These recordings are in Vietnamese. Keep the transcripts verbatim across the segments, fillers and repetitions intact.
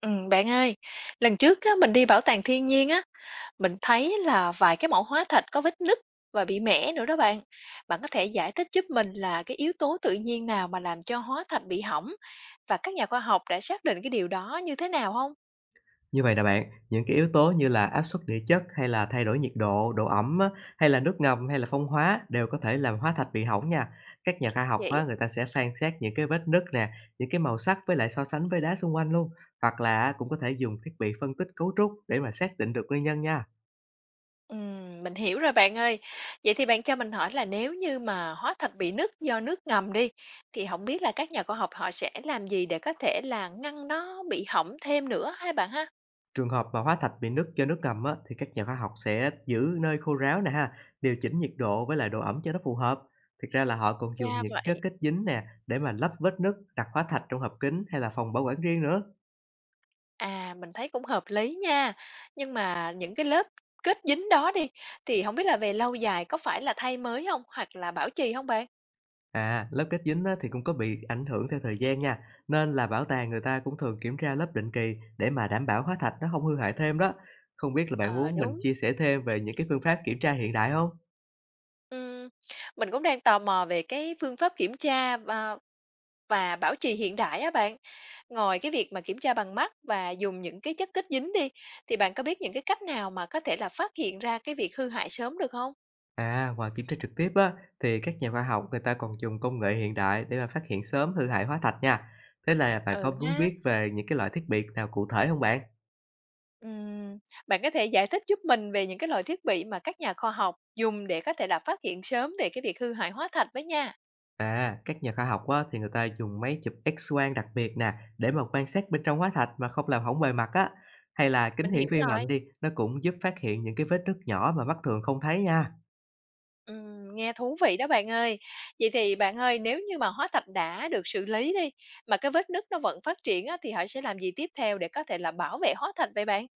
Ừm, bạn ơi, lần trước á, mình đi bảo tàng thiên nhiên á, mình thấy là vài cái mẫu hóa thạch có vết nứt và bị mẻ nữa đó bạn. Bạn có thể giải thích giúp mình là cái yếu tố tự nhiên nào mà làm cho hóa thạch bị hỏng và các nhà khoa học đã xác định cái điều đó như thế nào không? Như vậy nè bạn, những cái yếu tố như là áp suất địa chất hay là thay đổi nhiệt độ, độ ẩm á, hay là nước ngầm hay là phong hóa đều có thể làm hóa thạch bị hỏng nha. Các nhà khoa học á, Vậy. người ta sẽ phan xét những cái vết nứt nè, những cái màu sắc với lại so sánh với đá xung quanh luôn. Hoặc là cũng có thể dùng thiết bị phân tích cấu trúc để mà xác định được nguyên nhân nha. Ừm, mình hiểu rồi bạn ơi. Vậy thì bạn cho mình hỏi là nếu như mà hóa thạch bị nứt do nước ngầm đi, thì không biết là các nhà khoa học họ sẽ làm gì để có thể là ngăn nó bị hỏng thêm nữa hay bạn ha? Trường hợp mà hóa thạch bị nứt do nước ngầm á, thì các nhà khoa học sẽ giữ nơi khô ráo nè ha, điều chỉnh nhiệt độ với lại độ ẩm cho nó phù hợp. Thực ra là họ còn dùng Ra những cái vậy. kết dính nè để mà lấp vết nứt, đặt hóa thạch trong hộp kính hay là phòng bảo quản riêng nữa. À, mình thấy cũng hợp lý nha. Nhưng mà những cái lớp kết dính đó đi, thì không biết là về lâu dài có phải là thay mới không, hoặc là bảo trì không bạn? À, lớp kết dính á, thì cũng có bị ảnh hưởng theo thời gian nha, nên là bảo tàng người ta cũng thường kiểm tra lớp định kỳ để mà đảm bảo hóa thạch nó không hư hại thêm đó. Không biết là bạn Ờ, muốn mình đúng. chia sẻ thêm về những cái phương pháp kiểm tra hiện đại không? Ừm, mình cũng đang tò mò về cái phương pháp kiểm tra và và bảo trì hiện đại á bạn. Ngoài cái việc mà kiểm tra bằng mắt và dùng những cái chất kết dính đi, thì bạn có biết những cái cách nào mà có thể là phát hiện ra cái việc hư hại sớm được không? À, ngoài kiểm tra trực tiếp á, thì các nhà khoa học người ta còn dùng công nghệ hiện đại để mà phát hiện sớm hư hại hóa thạch nha. Thế là bạn Ừ có muốn ha. biết về những cái loại thiết bị nào cụ thể không bạn? Ừm, Bạn có thể giải thích giúp mình về những cái loại thiết bị mà các nhà khoa học dùng để có thể là phát hiện sớm về cái việc hư hại hóa thạch với nha. À, các nhà khoa học á, thì người ta dùng máy chụp X-quang đặc biệt nè để mà quan sát bên trong hóa thạch mà không làm hỏng bề mặt á. Hay là kính Mình hiển hiểu vi mạnh rồi. đi, nó cũng giúp phát hiện những cái vết nứt nhỏ mà mắt thường không thấy nha. Ừm, nghe thú vị đó bạn ơi. Vậy thì bạn ơi, nếu như mà hóa thạch đã được xử lý đi, mà cái vết nứt nó vẫn phát triển á, thì họ sẽ làm gì tiếp theo để có thể là bảo vệ hóa thạch vậy bạn?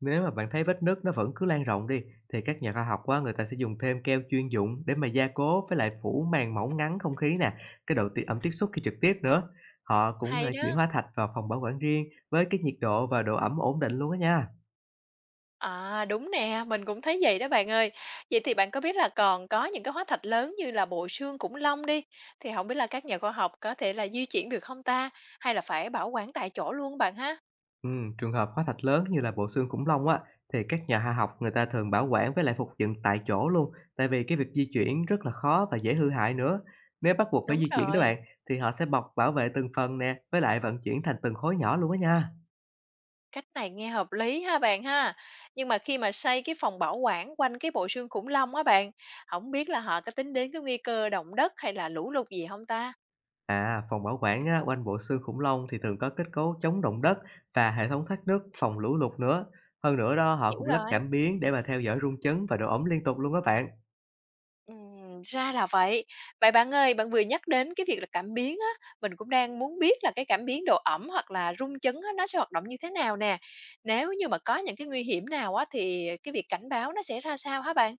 Nếu mà bạn thấy vết nứt nó vẫn cứ lan rộng đi, thì các nhà khoa học á, người ta sẽ dùng thêm keo chuyên dụng để mà gia cố với lại phủ màng mỏng ngắn không khí nè, cái độ tiết ẩm tiếp xúc khi trực tiếp nữa. Họ cũng Hay ờ, chuyển đó. hóa thạch vào phòng bảo quản riêng với cái nhiệt độ và độ ẩm ổn định luôn á nha. À, đúng nè, mình cũng thấy vậy đó bạn ơi. Vậy thì bạn có biết là còn có những cái hóa thạch lớn như là bộ xương khủng long đi, thì không biết là các nhà khoa học có thể là di chuyển được không ta? Hay là phải bảo quản tại chỗ luôn bạn ha? Ừ, trường hợp hóa thạch lớn như là bộ xương khủng long á, thì các nhà khoa học người ta thường bảo quản với lại phục dựng tại chỗ luôn, tại vì cái việc di chuyển rất là khó và dễ hư hại nữa. Nếu bắt buộc phải Đúng di chuyển đó rồi, bạn, thì họ sẽ bọc bảo vệ từng phần nè, với lại vận chuyển thành từng khối nhỏ luôn á nha. cách này nghe hợp lý ha bạn ha. Nhưng mà khi mà xây cái phòng bảo quản quanh cái bộ xương khủng long á bạn, không biết là họ có tính đến cái nguy cơ động đất hay là lũ lụt gì không ta? À, phòng bảo quản á, quanh bộ xương khủng long thì thường có kết cấu chống động đất và hệ thống thoát nước phòng lũ lụt nữa. Hơn nữa đó, họ Hiểu cũng lắp rồi. cảm biến để mà theo dõi rung chấn và độ ẩm liên tục luôn các bạn. Ừm, ra là vậy. Vậy bạn ơi, bạn vừa nhắc đến cái việc là cảm biến á, mình cũng đang muốn biết là cái cảm biến độ ẩm hoặc là rung chấn á, nó sẽ hoạt động như thế nào nè. Nếu như mà có những cái nguy hiểm nào á, thì cái việc cảnh báo nó sẽ ra sao hả bạn?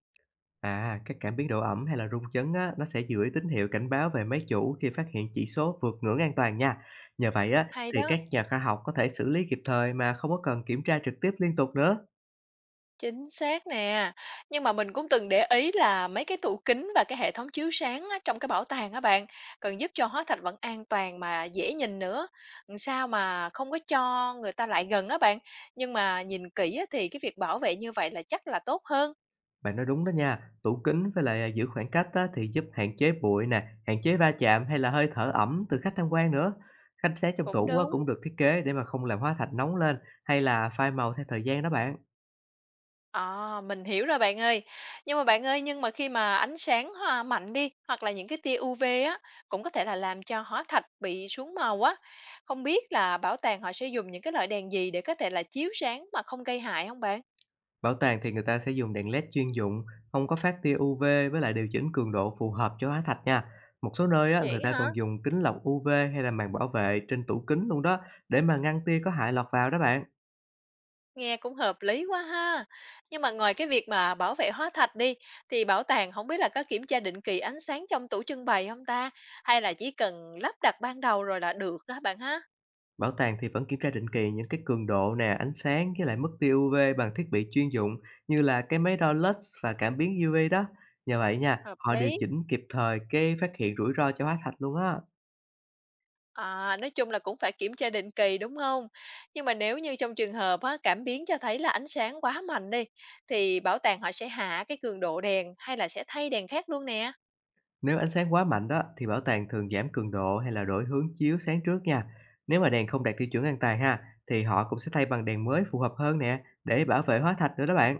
À, các cảm biến độ ẩm hay là rung chấn á, nó sẽ gửi tín hiệu cảnh báo về máy chủ khi phát hiện chỉ số vượt ngưỡng an toàn nha. Nhờ vậy á, Hay thì đó. các nhà khoa học có thể xử lý kịp thời mà không có cần kiểm tra trực tiếp liên tục nữa. Chính xác nè, nhưng mà mình cũng từng để ý là mấy cái tủ kính và cái hệ thống chiếu sáng á, trong cái bảo tàng á bạn, cần giúp cho hóa thạch vẫn an toàn mà dễ nhìn nữa. Làm sao mà không có cho người ta lại gần á bạn, nhưng mà nhìn kỹ á, thì cái việc bảo vệ như vậy là chắc là tốt hơn. Bạn nói đúng đó nha, tủ kính với lại, à, giữ khoảng cách á thì giúp hạn chế bụi nè, hạn chế va chạm hay là hơi thở ẩm từ khách tham quan nữa. Khanh sáng trong Cũng tủ á đúng. cũng được thiết kế để mà không làm hóa thạch nóng lên hay là phai màu theo thời gian đó bạn. À, mình hiểu rồi bạn ơi. Nhưng mà bạn ơi, nhưng mà khi mà ánh sáng hoa mạnh đi hoặc là những cái tia u vê á cũng có thể là làm cho hóa thạch bị xuống màu á. Không biết là bảo tàng họ sẽ dùng những cái loại đèn gì để có thể là chiếu sáng mà không gây hại không bạn? Bảo tàng thì người ta sẽ dùng đèn led chuyên dụng, không có phát tia u vê với lại điều chỉnh cường độ phù hợp cho hóa thạch nha. Một số nơi á, người Vậy ta hả? còn dùng kính lọc u vê hay là màn bảo vệ trên tủ kính luôn đó, để mà ngăn tia có hại lọt vào đó bạn. Nghe cũng hợp lý quá ha. Nhưng mà ngoài cái việc mà bảo vệ hóa thạch đi thì bảo tàng không biết là có kiểm tra định kỳ ánh sáng trong tủ trưng bày không ta? Hay là chỉ cần lắp đặt ban đầu rồi là được đó bạn ha? Bảo tàng thì vẫn kiểm tra định kỳ những cái cường độ nè, ánh sáng với lại mức tia iu vi bằng thiết bị chuyên dụng như là cái máy đo lux và cảm biến u UV đó. Nhờ vậy nha, Hợp họ điều lý. chỉnh kịp thời cái phát hiện rủi ro cho hóa thạch luôn á. À, nói chung là cũng phải kiểm tra định kỳ, đúng không? Nhưng mà nếu như trong trường hợp á, cảm biến cho thấy là ánh sáng quá mạnh đi, thì bảo tàng họ sẽ hạ cái cường độ đèn hay là sẽ thay đèn khác luôn nè? Nếu ánh sáng quá mạnh đó thì bảo tàng thường giảm cường độ hay là đổi hướng chiếu sáng trước nha. Nếu mà đèn không đạt tiêu chuẩn an toàn ha thì họ cũng sẽ thay bằng đèn mới phù hợp hơn nè để bảo vệ hóa thạch nữa đó bạn.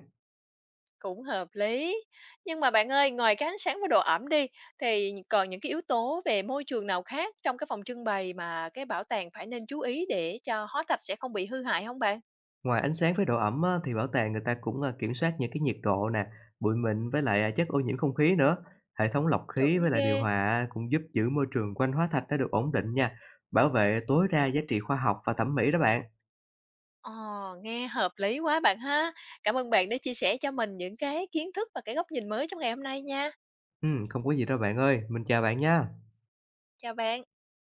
Cũng hợp lý. Nhưng mà bạn ơi, ngoài cái ánh sáng và độ ẩm đi, thì còn những cái yếu tố về môi trường nào khác trong cái phòng trưng bày mà cái bảo tàng phải nên chú ý để cho hóa thạch sẽ không bị hư hại không bạn? Ngoài ánh sáng với độ ẩm á, thì bảo tàng người ta cũng, a, kiểm soát những cái nhiệt độ nè, bụi mịn với lại, à, chất ô nhiễm không khí nữa. Hệ thống lọc Chuẩn khí với lại điều ghê! hòa á, cũng giúp giữ môi trường quanh hóa thạch nó được ổn định nha, bảo vệ tối đa giá trị khoa học và thẩm mỹ đó bạn. Ờ, nghe hợp lý quá bạn ha. Cảm ơn bạn đã chia sẻ cho mình những cái kiến thức và cái góc nhìn mới trong ngày hôm nay nha. Ừm, không có gì đâu bạn ơi, mình chào bạn nha. Chào bạn.